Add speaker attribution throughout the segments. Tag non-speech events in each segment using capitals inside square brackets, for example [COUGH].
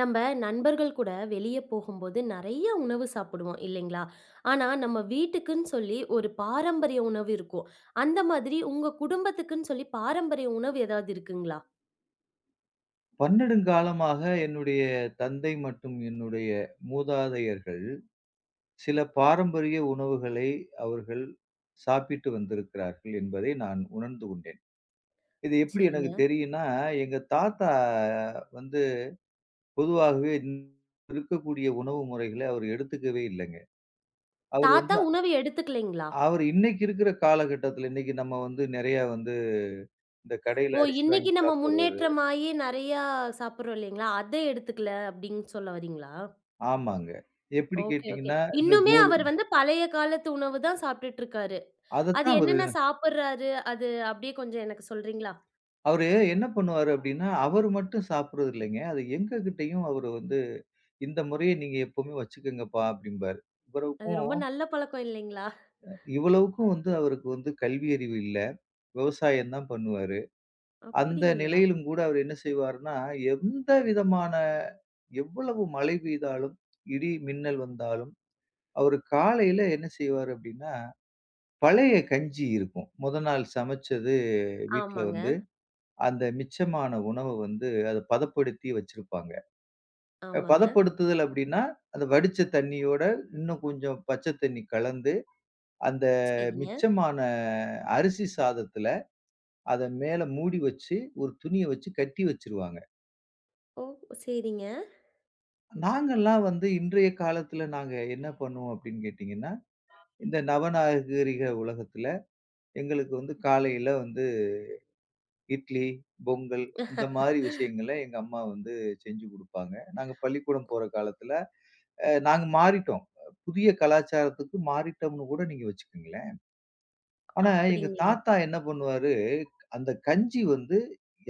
Speaker 1: நம்ம நண்பர்கள் கூட வெளியே போகும்போது நிறைய உணவு சாப்பிடுவோம் இல்லைங்களா? ஆனா நம்ம வீட்டுக்குன்னு சொல்லி ஒரு பாரம்பரிய உணவு இருக்கும். அந்த மாதிரி உங்க குடும்பத்துக்குன்னு சொல்லி பாரம்பரிய உணவு ஏதாவது இருக்குங்களா?
Speaker 2: பன்னெடுங்காலமாக என்னுடைய தந்தை மற்றும் என்னுடைய மூதாதையர்கள் சில பாரம்பரிய உணவுகளை அவர்கள் சாப்பிட்டு வந்திருக்கிறார்கள் என்பதை நான் உணர்ந்து கொண்டேன். இது எப்படி எனக்கு
Speaker 1: சரிங்க.
Speaker 2: தெரியும்னா, எங்க தாத்தா வந்து பொதுவாகவே இந்த இருக்கக்கூடிய உணவு முறைகள அவர் எடுத்துக்கவே இல்லங்க. அவர்
Speaker 1: தாத்தா
Speaker 2: வந்து
Speaker 1: உணவு எடுத்துக்கலைங்களா?
Speaker 2: அவர் இன்னைக்கு இருக்கிற காலகட்டத்தில இன்னைக்கு நம்ம வந்து நெறையா வந்து இந்த
Speaker 1: ஓ!
Speaker 2: கடையில அரிசி
Speaker 1: இன்னைக்கு
Speaker 2: வாங்கி
Speaker 1: நம்ம
Speaker 2: சாப்பிடுறது
Speaker 1: முன்னேற்றமாயி நிறையா சாப்பிடுறோம் இல்லைங்களா? அத எடுத்துக்கல அப்படின்னு சொல்ல வரீங்களா?
Speaker 2: ஆமாங்க. எப்படி
Speaker 1: ஓகே, ஓகே.
Speaker 2: கேட்டீங்கன்னா, இந்த
Speaker 1: இன்னுமே
Speaker 2: கோது
Speaker 1: அவர் வந்து பழைய காலத்து உணவு தான் சாப்பிட்டுட்டு இருக்காரு. அது
Speaker 2: அதத்தான் அவரு
Speaker 1: என்னென்ன சாப்பிடுறாரு? அது அப்படியே கொஞ்சம் எனக்கு சொல்றீங்களா?
Speaker 2: அவரு என்ன பண்ணுவாரு அப்டின்னா, அவரு மட்டும் சாப்பிடுறது இல்லைங்க. அது எங்ககிட்டயும் அவரு வந்து, "இந்த முறைய நீங்க எப்பவுமே வச்சுக்கங்கப்பா" அப்டிம்பாரு.
Speaker 1: அது
Speaker 2: இவருக்கும்
Speaker 1: ரொம்ப நல்ல பழக்கம் இல்லைங்களா?
Speaker 2: இவ்வளவுக்கும் வந்து அவருக்கு வந்து கல்வி அறிவு இல்ல. விவசாயம் தான் பண்ணுவாரு. அந்த
Speaker 1: அப்படிங்களா?
Speaker 2: நிலையிலும் கூட அவர் என்ன செய்வாருன்னா, எந்த விதமான எவ்வளவு மழை பெய்தாலும், இடி, மின்னல் வந்தாலும், அவரு காலையில என்ன செய்வாரு அப்டின்னா, பழைய கஞ்சி இருக்கும். மொத நாள் சமைச்சது வீட்ல
Speaker 1: ஆமாங்க,
Speaker 2: வந்து, அந்த மிச்சமான உணவ வந்து அத பதப்படுத்தி வச்சிருப்பாங்க.
Speaker 1: ஆமாங்க.
Speaker 2: பதப்படுத்துதல் அப்டின்னா, அந்த வடிச்ச தண்ணியோட இன்னும் கொஞ்சம் பச்ச தண்ணி கலந்து, அந்த
Speaker 1: சரிங்க.
Speaker 2: மிச்சமான அரிசி சாதத்துல அத மேல மூடி வச்சு, ஒரு துணிய வச்சு கட்டி வச்சுருவாங்க.
Speaker 1: ஓ! சரிங்க.
Speaker 2: நாங்கலாம் வந்து இன்றைய காலத்துல நாங்க என்ன பண்ணுவோம் அப்டின்னு கேட்டீங்கன்னா, இந்த நவநாகரிக உலகத்துல எங்களுக்கு வந்து காலையில வந்து இட்லி, பொங்கல் இந்த மாரி விஷயங்கள எங்க அம்மா வந்து செஞ்சு குடுப்பாங்க. நாங்க பள்ளிக்கூடம் போற காலத்துல நாங்க மாறிட்டோம். புதிய கலாச்சாரத்துக்கு மாறிட்டோம்னு கூட நீங்க வச்சுக்கங்களேன். ஆனா, எங்க
Speaker 1: அப்படிங்களா?
Speaker 2: தாத்தா என்ன பண்ணுவாரு, அந்த கஞ்சி வந்து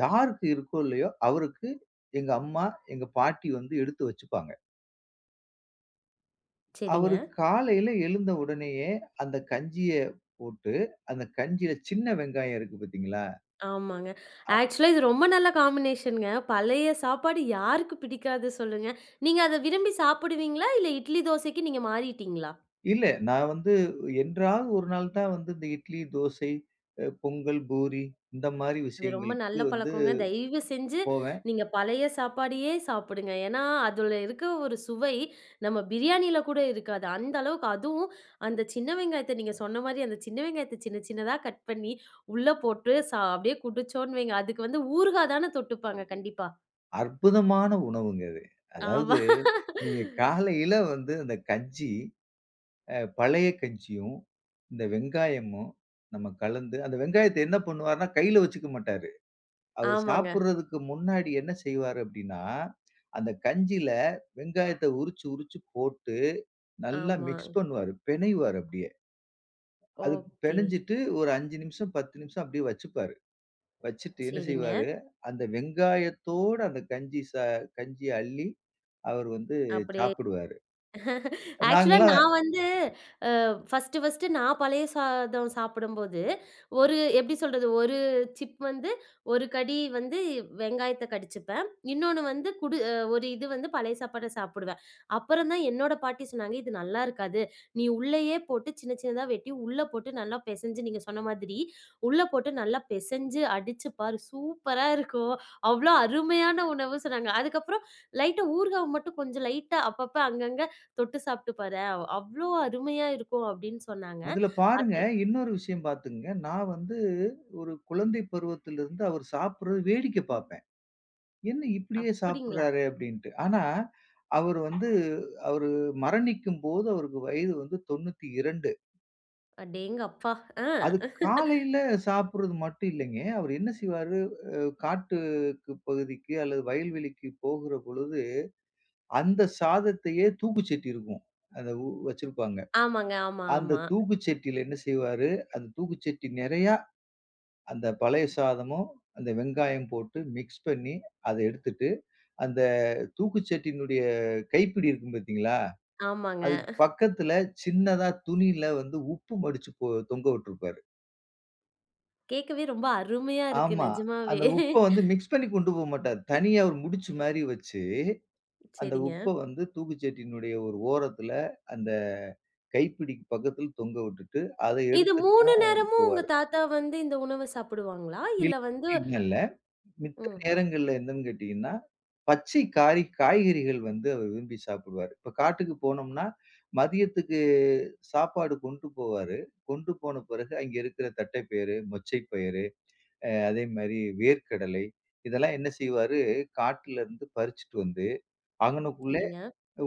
Speaker 2: யாருக்கு இருக்கோ இல்லையோ, அவருக்கு எங்க அம்மா, எங்க பாட்டி வந்து எடுத்து வச்சுப்பாங்க.
Speaker 1: சரிங்க.
Speaker 2: அவரு காலையில எழுந்த உடனேயே அந்த கஞ்சிய போட்டு, அந்த கஞ்சியில சின்ன வெங்காயம் இருக்கு பார்த்தீங்களா?
Speaker 1: ஆமாங்க. ஆக்சுவலா இது ரொம்ப நல்ல காம்பினேஷன்ங்க. பழைய சாப்பாடு யாருக்கு பிடிக்காது சொல்லுங்க? நீங்க அத விரும்பி சாப்பிடுவீங்களா? இல்ல இட்லி, தோசைக்கு நீங்க மாறிட்டீங்களா?
Speaker 2: இல்ல நான் வந்து என்றாவது ஒரு நாள் தான் வந்து இந்த இட்லி, தோசை, பொங்கல், பூரி இந்த மாரி
Speaker 1: அது ரொம்ப
Speaker 2: விஷயங்களுக்கு
Speaker 1: நல்ல
Speaker 2: வந்து
Speaker 1: பழக்கங்க. தயவு செஞ்சு
Speaker 2: போவேன்.
Speaker 1: நீங்க பழைய சாப்பாடையே சாப்பிடுங்க. ஏன்னா, அதுல இருக்க ஒரு சுவை நம்ம பிரியாணியில கூட இருக்காது. அந்த அளவுக்கு அதுவும் அந்த சின்ன வெங்காயத்த நீங்க சொன்ன மாரி அந்த சின்ன வெங்காயத்த சின்ன சின்னதா கட் பண்ணி உள்ள போட்டு அப்படியே குடிச்சோன்னு வைங்க. அதுக்கு வந்து ஊறுகாய் தான தொட்டுப்பாங்க கண்டிப்பா.
Speaker 2: அற்புதமான உணவுங்க அது.
Speaker 1: ஆமா.
Speaker 2: அதாவது நீங்க காலையில வந்து அந்த கஞ்சி பழைய கஞ்சியும், இந்த வெங்காயமும் நம்ம கலந்து அந்த வெங்காயத்த என்ன பண்ணுவாருன்னா, கையில வச்சுக்க மாட்டாரு. அவரு
Speaker 1: ஆமாங்க.
Speaker 2: சாப்பிடுறதுக்கு முன்னாடி என்ன செய்வாரு அப்படின்னா, அந்த கஞ்சில வெங்காயத்த உரிச்சு, உரிச்சு போட்டு நல்லா
Speaker 1: ஆமா.
Speaker 2: மிக்ஸ் பண்ணுவாரு. பெனைவாரு அப்படியே. அது
Speaker 1: ஓகே.
Speaker 2: பெனஞ்சிட்டு ஒரு 5 நிமிஷம், 10 நிமிஷம் அப்படியே வச்சுப்பாரு. வச்சுட்டு என்ன
Speaker 1: சரிங்க.
Speaker 2: செய்வாரு, அந்த வெங்காயத்தோட அந்த கஞ்சி கஞ்சிய அள்ளி அவர் வந்து
Speaker 1: அப்படியே
Speaker 2: சாப்பிடுவாரு.
Speaker 1: ஆக்சுவலா
Speaker 2: நாங்கலாம்
Speaker 1: நான் வந்து ஃபர்ஸ்ட்டு நான் பழைய சாதம் சாப்பிடும்போது, ஒரு எப்படி சொல்றது? ஒரு சிப் வந்து ஒரு கடி வந்து வெங்காயத்த கடிச்சுப்பேன். இன்னொன்னு வந்து குடு அ ஒரு இது வந்து பழைய சாப்பாட்ட சாப்பிடுவேன். அப்புறம் தான் என்னோட பாட்டி சொன்னாங்க, "இது நல்லா இருக்காது. நீ உள்ளயே போட்டு சின்ன சின்னதா வெட்டி, உள்ள போட்டு நல்லா பெசஞ்சு" நீங்க சொன்ன மாதிரி, "உள்ள போட்டு நல்லா பெசஞ்சு அடிச்சு பாரு. சூப்பரா இருக்கும்." அவ்ளோ அருமையான உணவு சொன்னாங்க. அதுக்கப்புறம் லைட்டா ஊறுகாவ மட்டும் கொஞ்சம் லைட்டா அப்பப்ப அங்கங்க தொட்டு சாப்பிட்டு பாரேன். அவ்ளோ அருமையா இருக்கும் அப்படின்னு சொன்னாங்க.
Speaker 2: அதுல பாருங்க,
Speaker 1: அது
Speaker 2: இன்னொரு விஷயம் பார்த்துக்கங்க. நான் வந்து ஒரு குழந்தை பருவத்திலிருந்து அவர் சாப்பிடுறது வேடிக்கை பார்ப்பேன். "என்ன இப்படியே
Speaker 1: அப்படிங்களா?
Speaker 2: சாப்பிடுறாரே!" அப்படின்ட்டு. ஆனா, அவரு வந்து அவரு மரணிக்கும்போது அவருக்கு வயது வந்து 92.
Speaker 1: அடேங்கப்பா! ஆ.
Speaker 2: அது காலையில சாப்பிடுறது மட்டும் இல்லைங்க. அவர் என்ன செய்வாரு, அ காட்டுக்கு பகுதிக்கு அல்லது வயல்வெளிக்கு போகிற பொழுது, அந்த சாதத்தையே தூக்குச்சட்டி இருக்கும். அத வச்சிருப்பாங்க.
Speaker 1: ஆமாங்க. ஆமா,
Speaker 2: அந்த
Speaker 1: ஆமா.
Speaker 2: தூக்குச்சட்டியில என்ன செய்வாரு, அந்த தூக்குச்சட்டி நெறையா அந்த பழைய சாதமும், அந்த வெங்காயம் போட்டு மிக்ஸ் பண்ணி, அத எடுத்துட்டு, அந்த தூக்குச்சட்டியினுடைய கைப்பிடி இருக்கும் பார்த்தீங்களா?
Speaker 1: ஆமாங்க.
Speaker 2: அதுக்கு பக்கத்துல சின்னதா துணியில வந்து உப்பு மடிச்சு தொங்க விட்டுருப்பாரு.
Speaker 1: கேட்கவே ரொம்ப அருமையா இருக்கு
Speaker 2: ஆமா.
Speaker 1: நிஜமாவே.
Speaker 2: அந்த உப்ப வந்து மிக்ஸ் பண்ணி கொண்டு போ மாட்டாரு. தனியா ஒரு முடிச்சு மாரி வச்சு, அந்த
Speaker 1: சரிங்க.
Speaker 2: உப்ப வந்து தூக்குச்சட்டியினுடைய ஒரு ஓரத்துல, அந்த கைப்பிடிக்கு பக்கத்துல தொங்க விட்டுட்டு, அத
Speaker 1: இது
Speaker 2: எடுத்துட்டு
Speaker 1: 3
Speaker 2: தான் அவரு
Speaker 1: நேரமும் உங்க
Speaker 2: போவாரு.
Speaker 1: தாத்தா வந்து இந்த உணவ சாப்பிடுவாங்களா? இல்ல வந்து
Speaker 2: மித்த
Speaker 1: ம்.
Speaker 2: நேரங்கள்ல என்னன்னு கேட்டீங்கன்னா, பச்சை காரி காய்கறிகள் வந்து அவர் விரும்பி சாப்பிடுவாரு. இப்ப காட்டுக்கு போனோம்னா, மதியத்துக்கு சாப்பாடு கொண்டு போவாரு. கொண்டு போன பிறகு அங்க இருக்கிற தட்டைப்பயிறு, மொச்சைப்பயிறு, அதே மாரி வேர்க்கடலை, இதெல்லாம் என்ன செய்வாரு, காட்டுல இருந்து பறிச்சுட்டு வந்து, அங்கனக்குள்ளே
Speaker 1: சரிங்க.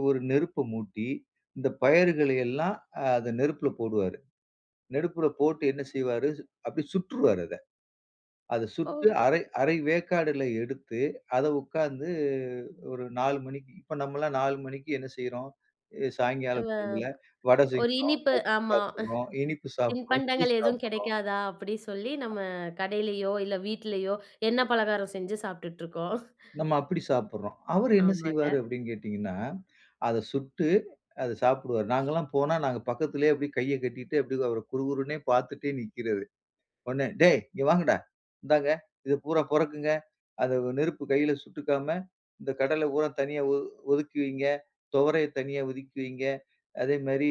Speaker 2: ஒரு நெருப்ப மூட்டி, இந்த பயறுகளை எல்லாம் அத நெருப்புல போடுவாரு. நெருப்புல போட்டு என்ன செய்வாரு, அப்படியே சுட்டுருவாரு அத. அத
Speaker 1: ஓ!
Speaker 2: சுட்டு அரை அரை வேக்காடுல எடுத்து, அத உட்கார்ந்து ஒரு 4 மணிக்கு இப்ப நம்மலாம் 4 மணிக்கு என்ன செய்றோம்?
Speaker 1: வ
Speaker 2: சாயங்காலம் பொழுதுல வடை
Speaker 1: ஒரு
Speaker 2: செய்கிறோம்,
Speaker 1: இனிப்பு
Speaker 2: பஜ்ஜி
Speaker 1: ஆமா.
Speaker 2: சாப்பிடுறோம், இனிப்பு சாப்பிடுறோம், டீ
Speaker 1: தின்பண்டங்கள் எதுவும்
Speaker 2: சாப்பிடுறோம்.
Speaker 1: கிடைக்காதா? அப்படி சொல்லி நம்ம கடையிலயோ, இல்ல வீட்லயோ எண்ணெய் பலகாரம் செஞ்சு சாப்பிட்டுட்டு இருக்கோம்.
Speaker 2: நம்ம அப்படி சாப்பிடுறோம். அவரு என்ன செய்வாரு
Speaker 1: ஆமாங்க.
Speaker 2: அப்படின்னு கேட்டீங்கன்னா, அத சுட்டு அத சாப்பிடுவாரு. நாங்கலாம் போனா, நாங்க பக்கத்திலேயே அப்படியே கைய கட்டிட்டு அப்படியே அவர குறுகுறுன்னே பார்த்துட்டே நிக்கிறது. உடனே, "டேய் இங்க வாங்கடா. இந்தாங்க. இத பூரா பொறக்குங்க. அத நெருப்பு கையில சுட்டுக்காம, இந்த கடல பூரா தனியா ஒதுக்கி வைங்க. துவரைய தனியா ஒதுக்கி வைங்க. அதே மாரி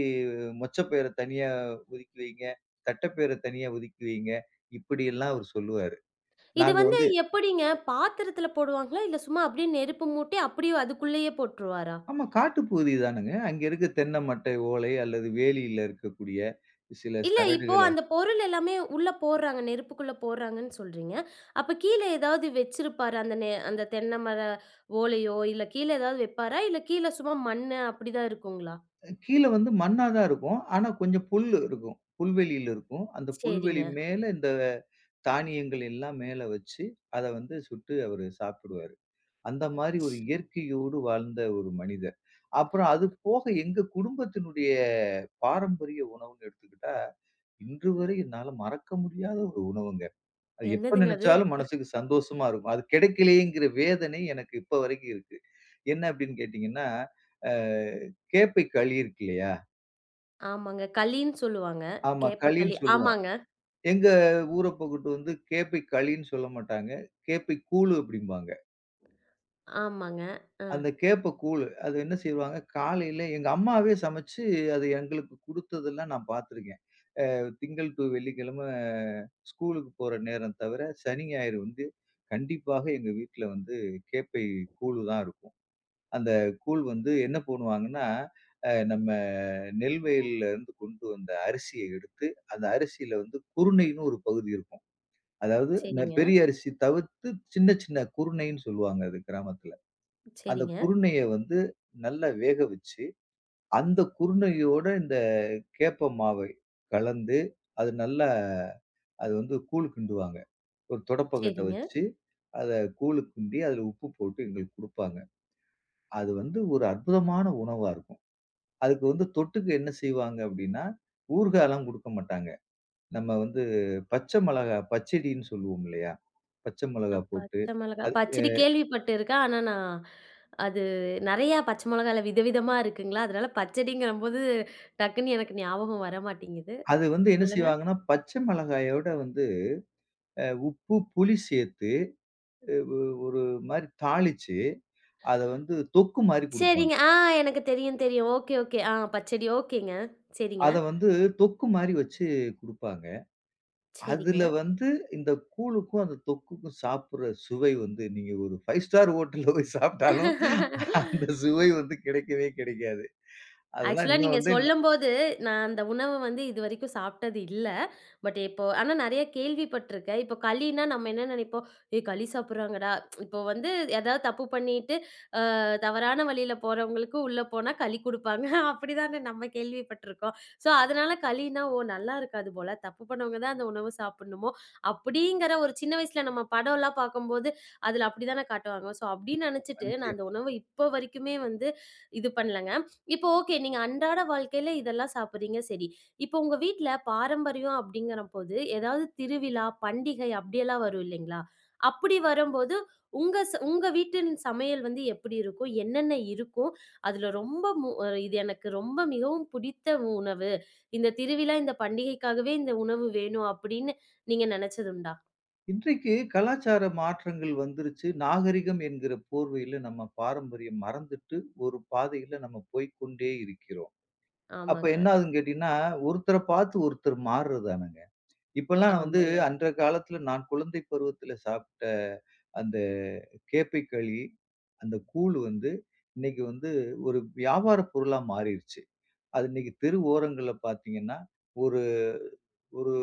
Speaker 2: மொச்சப்பயிர தனியா ஒதுக்கி வைங்க. தட்டப்பயிர தனியா ஒதுக்கி வைங்க." இப்படியெல்லாம் அவரு சொல்லுவாரு.
Speaker 1: இது
Speaker 2: நாங்க
Speaker 1: வந்து
Speaker 2: வந்து
Speaker 1: எப்படிங்க? பாத்திரத்துல போடுவாங்களா? இல்ல சும்மா அப்படியே நெருப்பு மூட்டி, அப்படியே அதுக்குள்ளேயே போட்டுருவாரா?
Speaker 2: ஆமா காட்டுப்பகுதி தானங்க. அங்க இருக்க தென்ன மட்டை ஓலை அல்லது வேலியில இருக்கக்கூடிய சில
Speaker 1: இல்ல இப்போ
Speaker 2: சரடுகள்
Speaker 1: அந்த பொருள் எல்லாமே உள்ள போடுறாங்க, நெருப்புக்குள்ள போடுறாங்கன்னு சொல்றீங்க. அப்ப கீழ ஏதாவது வச்சிருப்பாரா? அந்த அந்த தென்னை ஓலையோ, இல்ல கீழ ஏதாவது வைப்பாரா? இல்ல கீழ சும்மா மண்ணு அப்படிதான் இருக்குங்களா?
Speaker 2: கீழ வந்து மண்ணா தான் இருக்கும். ஆனா கொஞ்சம் புல்லு இருக்கும். புல்வெளியில இருக்கும். அந்த புல்வெளி
Speaker 1: சரிங்க.
Speaker 2: மேல இந்த தானியங்கள் எல்லாம் மேல வச்சு, அத வந்து சுட்டு அவரு சாப்பிடுவாரு. அந்த மாரி
Speaker 1: ச்
Speaker 2: ஒரு இயற்கையோடு வாழ்ந்த ஒரு மனிதர். அப்புறம் அது போக எங்க குடும்பத்தினுடைய பாரம்பரிய உணவுன்னு எடுத்துக்கிட்டா, இன்று வரை என்னால மறக்க முடியாத ஒரு உணவுங்க. அது எப்ப
Speaker 1: என்னதுங்க அது?
Speaker 2: நெனச்சாலும் மனசுக்கு சந்தோஷமா இருக்கும். அது கிடைக்கலையேங்கிற வேதனை எனக்கு இப்ப வரைக்கும் இருக்கு. என்ன அப்டின்னு கேட்டீங்கன்னா, அ கேப்பை களி இருக்கு இல்லையா?
Speaker 1: ஆமாங்க. களின்னு சொல்லுவாங்க.
Speaker 2: ஆமா.
Speaker 1: கேப்ப களி.
Speaker 2: களின்னு சொல்லுவோம்.
Speaker 1: ஆமாங்க,
Speaker 2: எங்க ஊர பக்கட்டு வந்து கேப்பை களின்னு சொல்ல மாட்டாங்க. கேப்பை கூழு அப்படிம்பாங்க.
Speaker 1: ஆமாங்க. ஆ
Speaker 2: அந்த கேப்ப கூழு அது என்ன செய்வாங்க, காலையில எங்க அம்மாவே சமைச்சு அது எங்களுக்கு குடுத்ததெல்லாம் நான் பார்த்துருக்கேன். திங்கள் டு வெள்ளிக்கிழமை ஸ்கூலுக்கு போற நேரம் தவிர, சனி, ஞாயிறு வந்து கண்டிப்பாக எங்க வீட்ல வந்து கேப்பை கூழு தான் இருக்கும். அந்த கூழ் வந்து என்ன பண்ணுவாங்கன்னா, நம்ம நெல் வயல்ல இருந்து கொண்டு வந்த அரிசிய எடுத்து, அந்த அரிசியில வந்து குருணைன்னு ஒரு பகுதி இருக்கும். அதாவது
Speaker 1: சரிங்க,
Speaker 2: பெரிய அரிசி தவிர்த்து சின்ன சின்ன குருணைன்னு சொல்லுவாங்க அது கிராமத்துல. அந்த
Speaker 1: சரிங்க,
Speaker 2: குருணைய வந்து நல்லா வேக வச்சு, அந்த குருணையோட இந்த கேப்ப மாவை கலந்து, அது நல்லா அது வந்து கூழ் கிண்டுவாங்க. ஒரு தொடப்பக்கட்ட
Speaker 1: சரிங்க.
Speaker 2: வச்சு, அத கூழு கிண்டி அதுல உப்பு போட்டு எங்களுக்கு குடுப்பாங்க. அது வந்து ஒரு அற்புதமான உணவா இருக்கும். அதுக்கு வந்து தொட்டுக்க என்ன செய்வாங்க அப்படின்னா, ஊறுகாலாம் குடுக்க மாட்டாங்க. நம்ம வந்து பச்சை மிளகா பச்சடின்னு சொல்லுவோம் இல்லையா? பச்சை மிளகா போட்டு
Speaker 1: பச்சை மிளகா.
Speaker 2: அது
Speaker 1: பச்சடி கேள்விப்பட்டுருக்கேன். ஆனா நான் அது நெறையா பச்சை மிளகாய்ல விதவிதமா இருக்குங்களா, அதனால பச்சடிங்கிறம்போது டக்குன்னு எனக்கு ஞாபகம் வர மாட்டேங்குது.
Speaker 2: அது வந்து என்ன
Speaker 1: சொல்லுங்க.
Speaker 2: செய்வாங்கன்னா, பச்சை மிளகாயோட வந்து உப்பு, புளி சேர்த்து அ ஒ ஒரு மாரி தாளிச்சு, அத வந்து தொக்கு மாரி குடுப்பாங்க.
Speaker 1: சரிங்க. ஆ எனக்கு தெரியும், தெரியும். Okay, okay. ஆ பச்சடி ஓகேங்க. சரிங்க,
Speaker 2: அத வந்து தொக்கு மாரி வச்சு குடுப்பாங்க.
Speaker 1: சரிங்க.
Speaker 2: அதுல வந்து இந்த கூழுக்கும், அந்த தொக்குக்கும் சாப்பிடுற சுவை வந்து நீங்க ஒரு 5 ஸ்டார் ஹோட்டல்ல போய் சாப்பிட்டாலும், அந்த சுவை வந்து கிடைக்கவே கிடைக்காது. அதெல்லாம்
Speaker 1: ஆக்சுவலா
Speaker 2: இன்னும்
Speaker 1: நீங்க
Speaker 2: வந்து
Speaker 1: சொல்லும்போது, நான் அந்த உணவ வந்து இதுவரைக்கும் சாப்பிட்டது இல்ல. பட் இப்போ ஆனா நெறைய கேள்விப்பட்டுருக்கேன். இப்போ களின்னா நம்ம என்ன நெனைப்போம், "ஏய் களி சாப்பிடுறாங்கடா." இப்போ வந்து எதாவது தப்பு பண்ணிட்டு தவறான வழியில போறவங்களுக்கும் உள்ள போனா களி குடுப்பாங்க. [LAUGHS] அப்படிதானே நம்ம கேள்விப்பட்டுருக்கோம். ஸோ அதனால களின்னா, ஓ! நல்லா இருக்காது போல. தப்பு பண்ணவங்க தான் அந்த உணவு சாப்பிடணுமோ! அப்படிங்கிற ஒரு சின்ன வயசுல நம்ம படம்லாம் பார்க்கும்போது, அதுல அப்படிதானே காட்டுவாங்க. ஸோ அப்படின்னு நினைச்சுட்டு
Speaker 2: நான்
Speaker 1: நான் அந்த உணவு இப்போ வரைக்குமே வந்து இது பண்ணலங்க. இப்போ ஓகே. நீங்க அன்றாட வாழ்க்கையில இதெல்லாம் சாப்பிடுறீங்க சரி. இப்போ உங்க வீட்ல பாரம்பரியம் அப்படிங்கிறபோது, ஏதாவது திருவிழா, பண்டிகை அப்படியெல்லாம் வரும் இல்லைங்களா? அப்படி வரும்போது உங்க வீட்டின் சமையல் வந்து எப்படி இருக்கும்? என்னென்ன இருக்கும்? அதுல ரொம்ப மு அ இது எனக்கு ரொம்ப மிகவும் பிடித்த உணவு. இந்த திருவிழா, இந்த பண்டிகைக்காகவே இந்த உணவு வேணும் அப்படின்னு நீங்க நெனச்சதுண்டா?
Speaker 2: இன்றைக்கு கலாச்சார மாற்றங்கள் வந்துருச்சு. நாகரிகம் என்கிற போர்வையில நம்ம பாரம்பரியம் மறந்துட்டு, ஒரு பாதையில நம்ம போய்க்கொண்டே இருக்கிறோம். அப்ப
Speaker 1: ஆமாங்க,
Speaker 2: என்ன ஆகுதுன்னு கேட்டீங்கன்னா, ஒருத்தர பார்த்து ஒருத்தர் மாறுறதானங்க. இப்பல்லாம் வந்து
Speaker 1: ஆமாங்க,
Speaker 2: அன்றைய காலத்துல நான் குழந்தை பருவத்துல சாப்பிட்ட அந்த கேப்பைக்களி, அந்த கூழ் வந்து இன்னைக்கு வந்து ஒரு வியாபார பொருளா மாறிருச்சு. அது இன்னைக்கு தெரு ஓரங்கள்ல பார்த்தீங்கன்னா, ஒரு ஒரு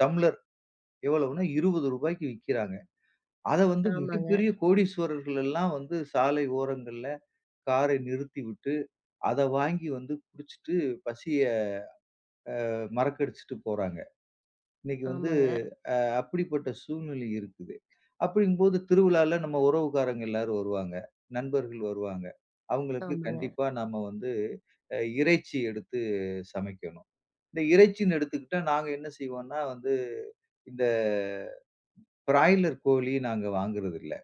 Speaker 2: டம்ளர் எவ்வளவுன்னா ரூ. 20க்கு விக்கிறாங்க. அத வந்து
Speaker 1: ஆமாங்க,
Speaker 2: மிகப்பெரிய கோடீஸ்வரர்கள் எல்லாம் வந்து சாலை ஓரங்கள்ல காரை நிறுத்திவிட்டு, அத வாங்கி வந்து குடிச்சிட்டு பசிய மறக்கடிச்சுட்டு போறாங்க. இன்னைக்கு வந்து
Speaker 1: ஆமாங்க,
Speaker 2: அ அப்படிப்பட்ட சூழ்நிலை இருக்குது. அப்படிங்கும்போது திருவிழால நம்ம உறவுக்காரங்க எல்லாரும் வருவாங்க. நண்பர்கள் வருவாங்க. அவங்களுக்கு
Speaker 1: ஆமாங்க.
Speaker 2: கண்டிப்பா நாம வந்து இறைச்சி எடுத்து சமைக்கணும். இந்த இறைச்சின்னு எடுத்துக்கிட்டா நாங்க என்ன செய்வோம்னா வந்து இந்த பிராய்லர் கோழி நாங்க வாங்குறதில்ல.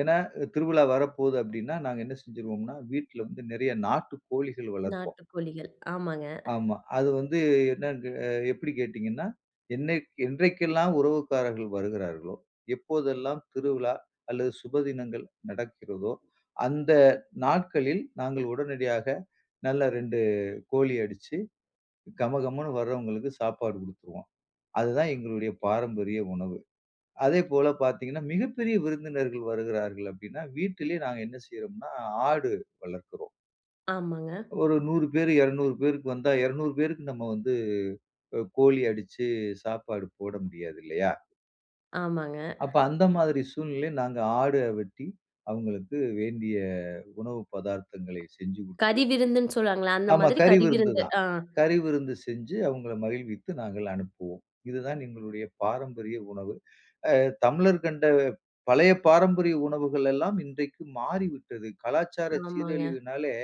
Speaker 2: ஏன்னா, திருவிழா வரப்போகுது அப்படின்னா, நாங்க என்ன செஞ்சுருவோம்னா, வீட்ல வந்து நெறைய நாட்டு கோழிகள் வளர்ப்போம்.
Speaker 1: நாட்டுக்கோழிகள். ஆமாங்க,
Speaker 2: ஆமா. அது வந்து என்னங்க எப்படி கேட்டீங்கன்னா, என்றைக்கெல்லாம் உறவுக்காரர்கள் வருகிறார்களோ, எப்போதெல்லாம் திருவிழா அல்லது சுப தினங்கள் நடக்கிறதோ, அந்த நாட்களில் நாங்கள் உடனடியாக நல்ல 2 கோழி அடிச்சு, கமகமன்னு வர்றவங்களுக்கு சாப்பாடு குடுத்துருவோம். அதுதான் எங்களுடைய பாரம்பரிய உணவு. அதேபோல பார்த்தீங்கன்னா, மிகப்பெரிய விருந்தினர்கள் வருகிறார்கள் அப்படின்னா, வீட்டிலேயே நாங்க என்ன செய்றோம்னா, ஆடு வளர்க்கிறோம்.
Speaker 1: ஆமாங்க,
Speaker 2: ஒரு 100 பேரு, 200 பேருக்கு வந்தா, 200 பேருக்கு நம்ம வந்து கோழி அடிச்சு சாப்பாடு போட முடியாது இல்லையா?
Speaker 1: ஆமாங்க.
Speaker 2: அப்ப அந்த மாதிரி சூழ்நிலையில நாங்க ஆட வெட்டி, அவங்களுக்கு வேண்டிய உணவு பதார்த்தங்களை செஞ்சு குடுத்து
Speaker 1: கறி விருந்துன்னு சொல்லுவாங்கல்ல, அந்த
Speaker 2: ஆமா.
Speaker 1: மாதிரி
Speaker 2: கறி
Speaker 1: கறி
Speaker 2: விருந்து
Speaker 1: விருந்து.
Speaker 2: தான்.
Speaker 1: ஆ,
Speaker 2: கறி விருந்து செஞ்சு அவங்கள மகிழ்வித்து நாங்கள் அனுப்புவோம். இதுதான் எங்களுடைய பாரம்பரிய உணவு. அ தமிழர் கண்ட பழைய பாரம்பரிய உணவுகள் எல்லாம் இன்றைக்கு மாறிவிட்டது. கலாச்சார
Speaker 1: ஆமாங்க.
Speaker 2: சீரழிவினாலே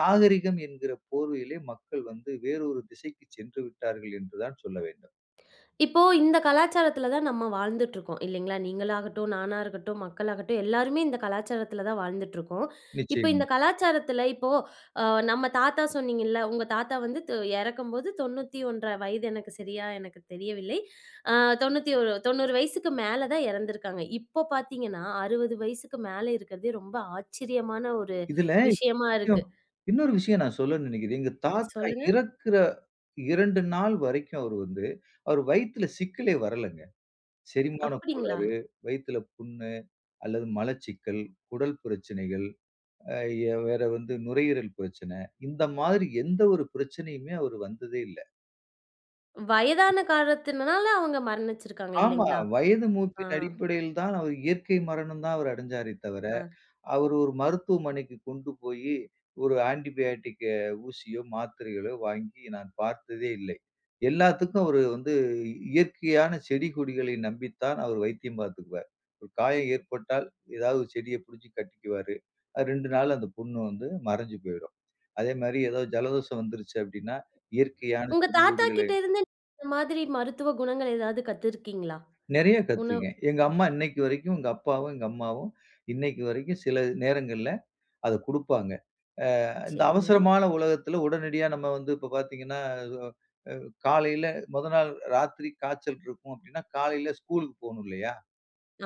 Speaker 2: நாகரிகம் என்கிற போர்வையிலே மக்கள் வந்து வேறொரு திசைக்கு சென்று விட்டார்கள் என்றுதான் சொல்ல வேண்டும்.
Speaker 1: இப்போ இந்த கலாச்சாரத்தில தான் நம்ம வாழ்ந்துட்டுருக்கோம் இல்லைங்களா? நீங்களாகட்டும், நானா இருக்கட்டும், மக்களாகட்டும் எல்லாருமே இந்த கலாச்சாரத்தில தான் வாழ்ந்துட்டுருக்கோம். இப்போ இந்த
Speaker 2: நிச்சயமா.
Speaker 1: கலாச்சாரத்தில இப்போ அ நம்ம தாத்தா சொன்னீங்கல்ல, உங்க தாத்தா வந்து இறக்கும்போது 91 1/2 வயது எனக்கு சரியா எனக்கு தெரியவில்லை. அ 91 90 வயசுக்கு மேல தான் இறந்திருக்காங்க. இப்போ பார்த்தீங்கன்னா, 60 வயசுக்கு மேல இருக்கிறதே ரொம்ப ஆச்சரியமான ஒரு
Speaker 2: இதுல
Speaker 1: விஷயமா
Speaker 2: இன்னொரு விஷயம்
Speaker 1: இருக்கு.
Speaker 2: இன்னொரு விஷயம் நான் சொல்லணும்னு நினைக்கிறேன். எங்க தாத்தா
Speaker 1: சொல்லுங்க.
Speaker 2: இறக்குற 2 நாள் வரைக்கும் அவரு வந்து, அவர் வயித்துல சிக்கலே வரலங்க. செரிமான
Speaker 1: அப்படிங்களா?
Speaker 2: கோளாறு, வயித்துல புண்ணு அல்லது மலச்சிக்கல், குடல் பிரச்சனைகள், அ எ வேற வந்து நுரையீரல் பிரச்சனை. இந்த மாதிரி எந்த ஒரு பிரச்சனையுமே அவரு வந்ததே இல்ல.
Speaker 1: வயதான காரணத்தினால அவங்க மரணிச்சிருக்காங்க
Speaker 2: ஆமா.
Speaker 1: இல்லைங்களா?
Speaker 2: வயது
Speaker 1: ஆ,
Speaker 2: மூப்பின் அடிப்படையில் தான் அவர் இயற்கை மரணம் தான் அவர் அடைஞ்சாரே தவிர,
Speaker 1: ஆ.
Speaker 2: அவரு ஒரு மருத்துவமனைக்கு கொண்டு போயி, ஒரு ஆன்டிபயாட்டிக் ஊசியோ, மாத்திரைகளோ வாங்கி நான் பார்த்ததே இல்லை. எல்லாத்துக்கும் அவரு வந்து இயற்கையான செடி, கொடிகளை நம்பித்தான் அவர் வைத்தியம் பார்த்துக்குவார். ஒரு காயம் ஏற்பட்டால் ஏதாவது ஒரு செடிய புடிச்சு கட்டிக்குவாரு. அது 2 நாள்ல அந்த புண்ணு வந்து மறஞ்சு போயிடும். அதே மாரி ஏதாவது ஜலதோஷம் வந்துருச்சு அப்படின்னா, இயற்கையான
Speaker 1: உங்க
Speaker 2: செடி,
Speaker 1: தாத்தா
Speaker 2: கொடிகளை
Speaker 1: கிட்ட இருந்து இந்த மாதிரி மருத்துவ குணங்கள் ஏதாவது கத்துருக்கீங்களா?
Speaker 2: நெறைய
Speaker 1: உணவு
Speaker 2: கத்துருக்கேன். எங்க அம்மா இன்னைக்கு வரைக்கும், எங்க அப்பாவும், எங்க அம்மாவும் இன்னைக்கு வரைக்கும் சில நேரங்கள்ல அத குடுப்பாங்க. இந்த
Speaker 1: சரிங்க.
Speaker 2: அவசரமான உலகத்துல உடனடியா நம்ம வந்து இப்ப பாத்தீங்கன்னா, அ காலையில மொத நாள் ராத்திரி காய்ச்சல் இருக்கும் அப்படின்னா, காலையில ஸ்கூலுக்கு போணும் இல்லையா?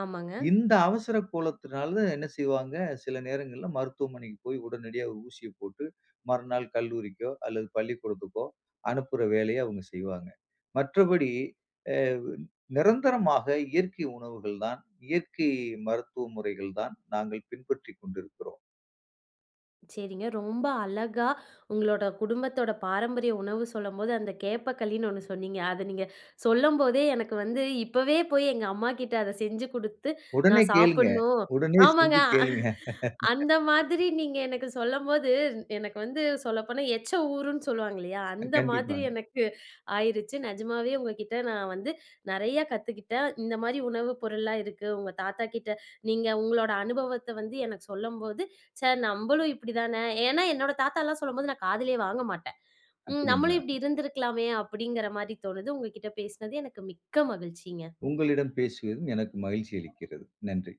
Speaker 1: ஆமாங்க.
Speaker 2: இந்த அவசர கோலத்தினால என்ன செய்வாங்க, சில நேரங்கள்ல மருத்துவமனைக்கு போய் உடனடியா ஒரு ஊசிய போட்டு, மறுநாள் கல்லூரிக்கோ அல்லது பள்ளிக்கூடத்துக்கோ அனுப்புற வேலைய அவங்க செய்வாங்க. மற்றபடி அ நிரந்தரமாக இயற்கை உணவுகள் தான், இயற்கை மருத்துவ முறைகள் தான் நாங்கள் பின்பற்றிக் கொண்டிருக்கிறோம்.
Speaker 1: சரிங்க. ரொம்ப அழகா உங்களோட குடும்பத்தோட பாரம்பரிய உணவு சொல்லும்போது, அந்த கேப்பக்களின்னு ஒண்ணு சொன்னீங்க. அத நீங்க சொல்லும்போதே எனக்கு வந்து இப்பவே போய் எங்க அம்மாகிட்ட அத செஞ்சு குடுத்து
Speaker 2: உடனே
Speaker 1: நான்
Speaker 2: கேளுங்க.
Speaker 1: சாப்புட்ணும்.
Speaker 2: உடனே
Speaker 1: ஆமாங்க.
Speaker 2: செஞ்சு கேளுங்க.
Speaker 1: அந்த மாதிரி நீங்க எனக்கு சொல்லும்போது, எனக்கு வந்து சொல்லப்போனா எச்ச ஊருன்னு சொல்லுவாங்க இல்லையா? அந்த மாதிரி
Speaker 2: கண்டிப்பாங்க.
Speaker 1: எனக்கு ஆயிருச்சு. நிஜமாவே உங்ககிட்ட நான் வந்து நெறைய கத்துக்கிட்டேன். இந்த மாரி உணவு பொருள்லாம் இருக்கு. உங்க தாத்தா கிட்ட நீங்க உங்களோட அனுபவத்த வந்து எனக்கு சொல்லும்போது, ச்சே நம்மளும் இப்படிதானே ஏன்னா என்னோட தாத்தாலாம் சொல்லும்போது நான் காதுலயே வாங்க மாட்டேன். ம் நம்மளும்
Speaker 2: அப்படிங்களா?
Speaker 1: இப்படி இருந்திருக்கலாமே அப்படிங்கிற மாரி தோணுது. உங்ககிட்ட பேசினது எனக்கு மிக்க மகிழ்ச்சிங்க.
Speaker 2: உங்களிடம் பேசுவதும் எனக்கு மகிழ்ச்சி அளிக்கிறது. நன்றி.